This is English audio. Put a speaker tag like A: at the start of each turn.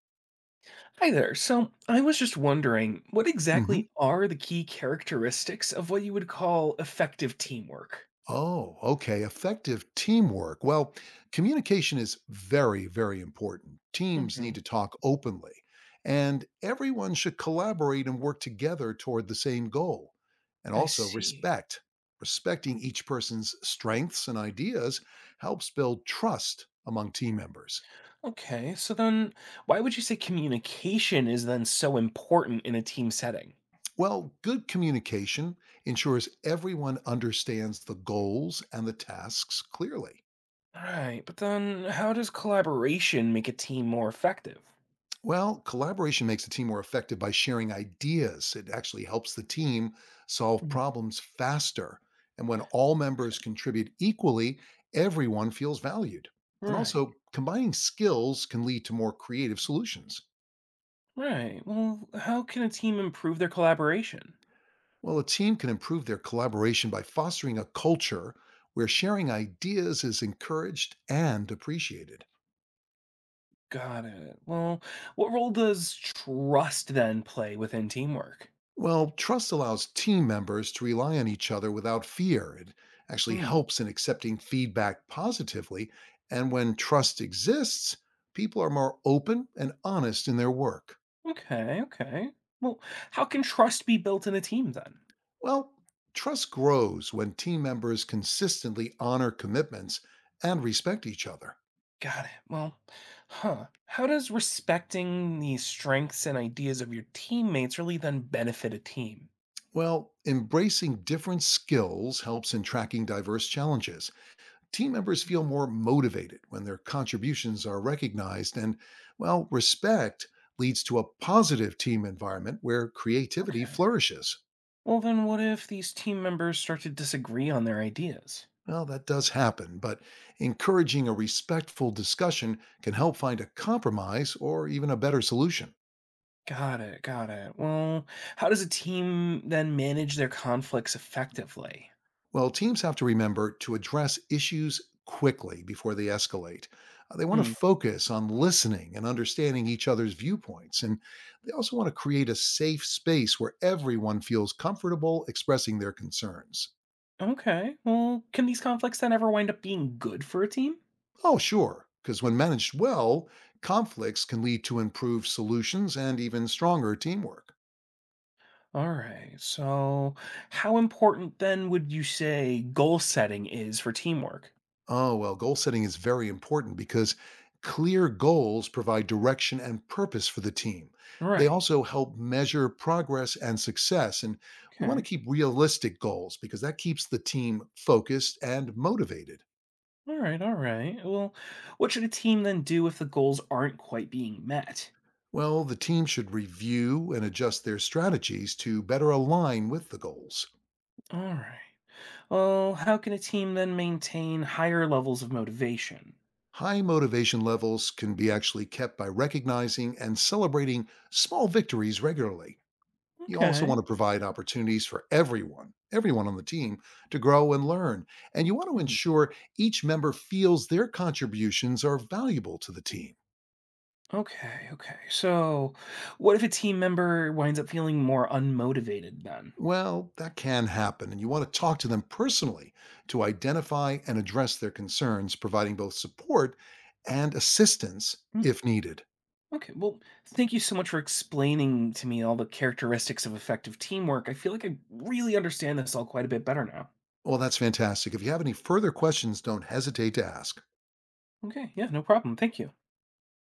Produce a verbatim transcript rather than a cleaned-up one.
A: Hi there. So I was just wondering, what
B: hmm
A: exactly are the key characteristics of what you would call effective teamwork?
B: Oh, okay. Effective teamwork. Well, communication is very, very important. Teams
A: Hmm.
B: need to talk openly, and everyone should collaborate and work together toward the same goal. And
A: I
B: also,
A: see.
B: respect. Respecting each person's strengths and ideas helps build trust among team members.
A: Okay, so then why would you say communication is then so important in a team setting?
B: Well, good communication ensures everyone understands the goals and the tasks clearly.
A: Right, but then how does collaboration make a team more effective?
B: Well, collaboration makes the team more effective by sharing ideas. It actually helps the team solve
A: Mm.
B: problems faster. And when all members contribute equally, everyone feels valued. And
A: Right,
B: also, combining skills can lead to more creative solutions.
A: right. Well, how can a team improve their collaboration?
B: Well, a team can improve their collaboration by fostering a culture where sharing ideas is encouraged and appreciated.
A: Got it. Well, what role does trust then play within teamwork?
B: Well, trust allows team members to rely on each other without fear. It actually helps in accepting feedback positively. And when trust exists, people are more open and honest in their work.
A: Okay, okay. Well, how can trust be built in a team then?
B: Well, trust grows when team members consistently honor commitments and respect each other.
A: Got it. Well, huh. How does respecting the strengths and ideas of your teammates really then benefit a team?
B: Well, embracing different skills helps in tracking diverse challenges. Team members feel more motivated when their contributions are recognized. And, well, respect leads to a positive team environment where creativity
A: Okay.
B: flourishes.
A: Well, then what if these team members start to disagree on their ideas?
B: Well, that does happen, but encouraging a respectful discussion can help find a compromise or even a better solution.
A: Got it, got it. Well, how does a team then manage their conflicts effectively?
B: Well, teams have to remember to address issues quickly before they escalate. Uh, They want to
A: Hmm.
B: focus on listening and understanding each other's viewpoints. And they also want to create a safe space where everyone feels comfortable expressing their concerns.
A: Okay. Well, can these conflicts then ever wind up being good for a team?
B: Oh, sure, because when managed well, conflicts can lead to improved solutions and even stronger teamwork.
A: All right. So, how important then would you say goal setting is for teamwork?
B: Oh, well, goal setting is very important because clear goals provide direction and purpose for the team. They
A: Right.
B: also help measure progress and success. And we want to
A: Okay.
B: keep realistic goals because that keeps the team focused and motivated.
A: All right. All right. Well, what should a team then do if the goals aren't quite being met?
B: Well, the team should review and adjust their strategies to better align with the goals.
A: All right. Well, how can a team then maintain higher levels of motivation?
B: High motivation levels can be actually kept by recognizing and celebrating small victories regularly. You also want
A: Okay.
B: to provide opportunities for everyone, everyone on the team to grow and learn. And you want to
A: Mhm.
B: ensure each member feels their contributions are valuable to the team.
A: Okay. Okay. So, what if a team member winds up feeling more unmotivated then?
B: Well, that can happen, and you want to talk to them personally to identify and address their concerns, providing both support and assistance if needed.
A: Okay, well, thank you so much for explaining to me all the characteristics of effective teamwork. I feel like I really understand this all quite a bit better now.
B: Well, that's fantastic. If you have any further questions, don't hesitate to ask.
A: Okay, yeah, no problem. Thank you.